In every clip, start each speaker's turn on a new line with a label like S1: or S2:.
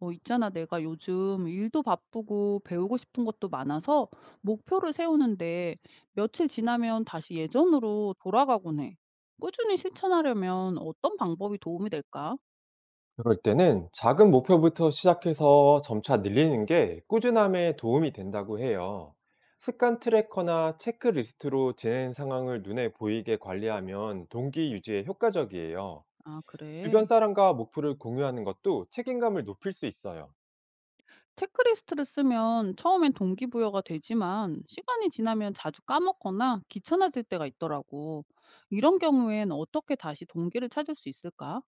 S1: 있잖아. 내가 요즘 일도 바쁘고 배우고 싶은 것도 많아서 목표를 세우는데 며칠 지나면 다시 예전으로 돌아가곤 해. 꾸준히 실천하려면 어떤 방법이 도움이 될까?
S2: 그럴 때는 작은 목표부터 시작해서 점차 늘리는 게 꾸준함에 도움이 된다고 해요. 습관 트래커나 체크리스트로 진행 상황을 눈에 보이게 관리하면 동기 유지에 효과적이에요.
S1: 아,
S2: 주변
S1: 그래.
S2: 사람과 목표를 공유하는 것도 책임감을 높일 수 있어요.
S1: 체크리스트를 쓰면 처음엔 동기부여가 되지만 시간이 지나면 자주 까먹거나 귀찮아질 때가 있더라고. 이런 경우엔 어떻게 다시 동기를 찾을 수 있을까?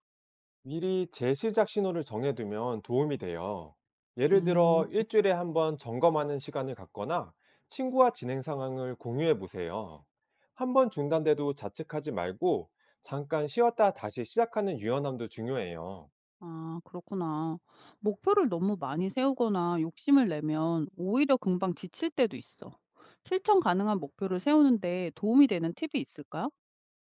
S2: 미리 재시작 신호를 정해두면 도움이 돼요. 예를
S1: 음.
S2: 들어, 일주일에 한번 점검하는 시간을 갖거나 친구와 진행 상황을 공유해 보세요. 한번 중단돼도 자책하지 말고 잠깐 쉬었다 다시 시작하는 유연함도 중요해요.
S1: 아, 그렇구나. 목표를 너무 많이 세우거나 욕심을 내면 오히려 금방 지칠 때도 있어. 실천 가능한 목표를 세우는데 도움이 되는 팁이 있을까?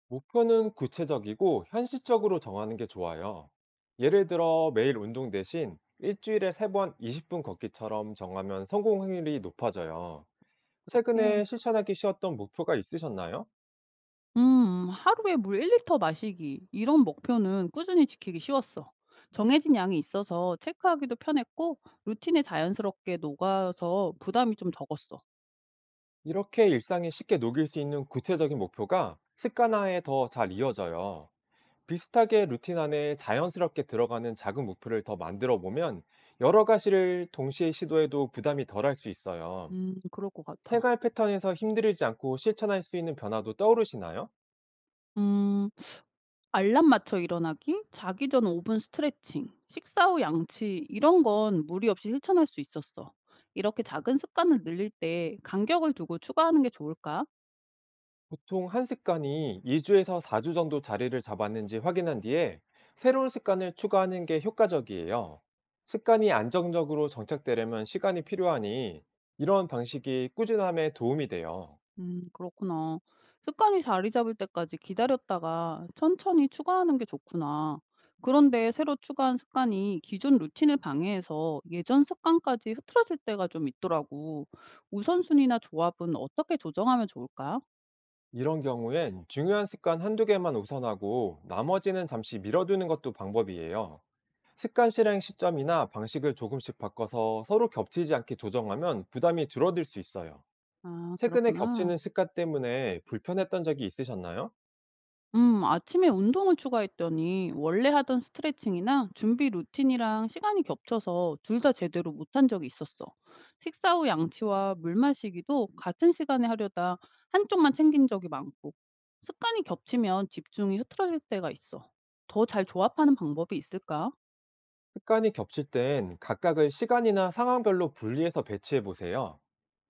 S2: 목표는 구체적이고 현실적으로 정하는 게 좋아요. 예를 들어, 매일 운동 대신 일주일에 세 번 20분 걷기처럼 정하면 성공 확률이 높아져요.
S1: 이렇게.
S2: 최근에 실천하기 쉬웠던 목표가 있으셨나요?
S1: 하루에 물 1리터 마시기. 이런 목표는 꾸준히 지키기 쉬웠어. 정해진 양이 있어서 체크하기도 편했고, 루틴에 자연스럽게 녹아서 부담이 좀 적었어.
S2: 이렇게 일상에 쉽게 녹일 수 있는 구체적인 목표가 습관화에 더 잘 이어져요. 비슷하게 루틴 안에 자연스럽게 들어가는 작은 목표를 더 만들어 보면 여러 가지를 동시에 시도해도 부담이 덜할 수 있어요.
S1: 그럴 것 같아.
S2: 생활 패턴에서 힘들지 않고 실천할 수 있는 변화도 떠오르시나요?
S1: 음, 알람 맞춰 일어나기, 자기 전 5분 스트레칭, 식사 후 양치 이런 건 무리 없이 실천할 수 있었어. 이렇게 작은 습관을 늘릴 때 간격을 두고 추가하는 게 좋을까?
S2: 보통 한 습관이 2주에서 4주 정도 자리를 잡았는지 확인한 뒤에 새로운 습관을 추가하는 게 효과적이에요. 습관이 안정적으로 정착되려면 시간이 필요하니 이런 방식이 꾸준함에 도움이 돼요.
S1: 그렇구나. 습관이 자리 잡을 때까지 기다렸다가 천천히 추가하는 게 좋구나. 그런데 새로 추가한 습관이 기존 루틴을 방해해서 예전 습관까지 흐트러질 때가 좀 있더라고. 우선순위나 조합은 어떻게 조정하면 좋을까?
S2: 이런 경우엔 중요한 습관 한두 개만 우선하고 나머지는 잠시 미뤄두는 것도 방법이에요. 습관 실행 시점이나 방식을 조금씩 바꿔서 서로 겹치지 않게 조정하면 부담이 줄어들 수 있어요.
S1: 아,
S2: 최근에
S1: 그렇구나.
S2: 겹치는 습관 때문에 불편했던 적이 있으셨나요?
S1: 아침에 운동을 추가했더니 원래 하던 스트레칭이나 준비 루틴이랑 시간이 겹쳐서 둘 다 제대로 못한 적이 있었어. 식사 후 양치와 물 마시기도 같은 시간에 하려다 한쪽만 챙긴 적이 많고 습관이 겹치면 집중이 흐트러질 때가 있어. 더 잘 조합하는 방법이 있을까?
S2: 습관이 겹칠 땐 각각을 시간이나 상황별로 분리해서 배치해 보세요.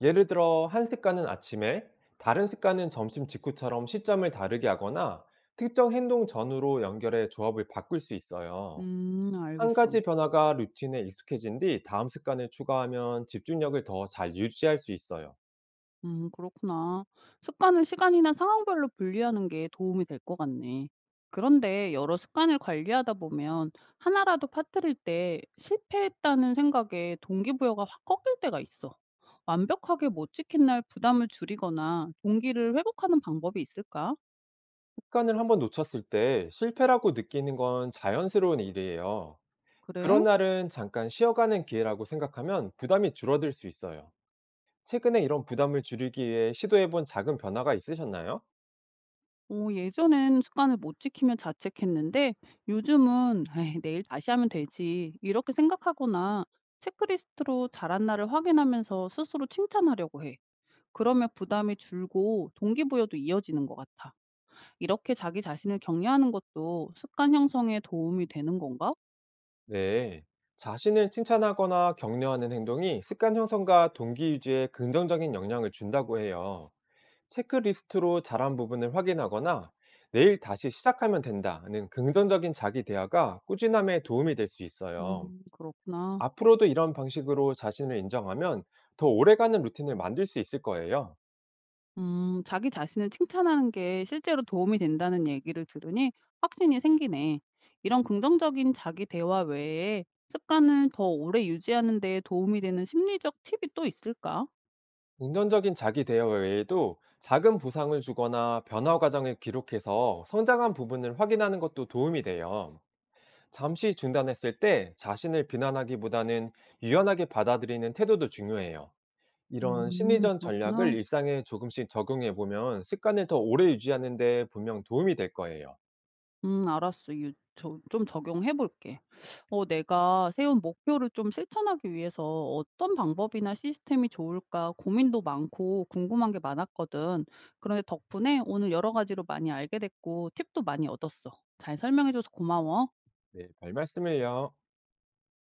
S2: 예를 들어, 한 습관은 아침에, 다른 습관은 점심 직후처럼 시점을 다르게 하거나 특정 행동 전후로 연결해 조합을 바꿀 수 있어요. 한
S1: 알겠어.
S2: 가지 변화가 루틴에 익숙해진 뒤 다음 습관을 추가하면 집중력을 더 잘 유지할 수 있어요.
S1: 그렇구나. 습관을 시간이나 상황별로 분리하는 게 도움이 될 것 같네. 그런데 여러 습관을 관리하다 보면 하나라도 빠뜨릴 때 실패했다는 생각에 동기부여가 확 꺾일 때가 있어. 완벽하게 못 지킨 날 부담을 줄이거나 동기를 회복하는 방법이 있을까?
S2: 습관을 한 번 놓쳤을 때 실패라고 느끼는 건 자연스러운 일이에요. 그런
S1: 그래?
S2: 날은 잠깐 쉬어가는 기회라고 생각하면 부담이 줄어들 수 있어요. 최근에 이런 부담을 줄이기 위해 시도해 본 작은 변화가 있으셨나요?
S1: 어 예전엔 습관을 못 지키면 자책했는데 요즘은 '에이 내일 다시 하면 되지.' 이렇게 생각하거나 체크리스트로 잘한 날을 확인하면서 스스로 칭찬하려고 해. 그러면 부담이 줄고 동기부여도 이어지는 것 같아. 이렇게 자기 자신을 격려하는 것도 습관 형성에 도움이 되는 건가?
S2: 네. 자신을 칭찬하거나 격려하는 행동이 습관 형성과 동기 유지에 긍정적인 영향을 준다고 해요. 체크리스트로 잘한 부분을 확인하거나 내일 다시 시작하면 된다는 긍정적인 자기 대화가 꾸준함에 도움이 될 수 있어요.
S1: 음, 그렇구나.
S2: 앞으로도 이런 방식으로 자신을 인정하면 더 오래가는 루틴을 만들 수 있을 거예요.
S1: 자기 자신을 칭찬하는 게 실제로 도움이 된다는 얘기를 들으니 확신이 생기네. 이런 긍정적인 자기 대화 외에 습관을 더 오래 유지하는 데 도움이 되는 심리적 팁이 또 있을까?
S2: 긍정적인 자기 대화 외에도 작은 보상을 주거나 변화 과정을 기록해서 성장한 부분을 확인하는 것도 도움이 돼요. 잠시 중단했을 때 자신을 비난하기보다는 유연하게 받아들이는 태도도 중요해요. 이런 심리전 전략을
S1: 그렇구나.
S2: 일상에 조금씩 적용해 보면 습관을 더 오래 유지하는 데 분명 도움이 될 거예요.
S1: 알았어. 유 저 좀 적용해 볼게. 어 내가 세운 목표를 좀 실천하기 위해서 어떤 방법이나 시스템이 좋을까 고민도 많고 궁금한 게 많았거든. 그런데 덕분에 오늘 여러 가지로 많이 알게 됐고 팁도 많이 얻었어. 잘 설명해 줘서 고마워.
S2: 네, 별 말씀을요.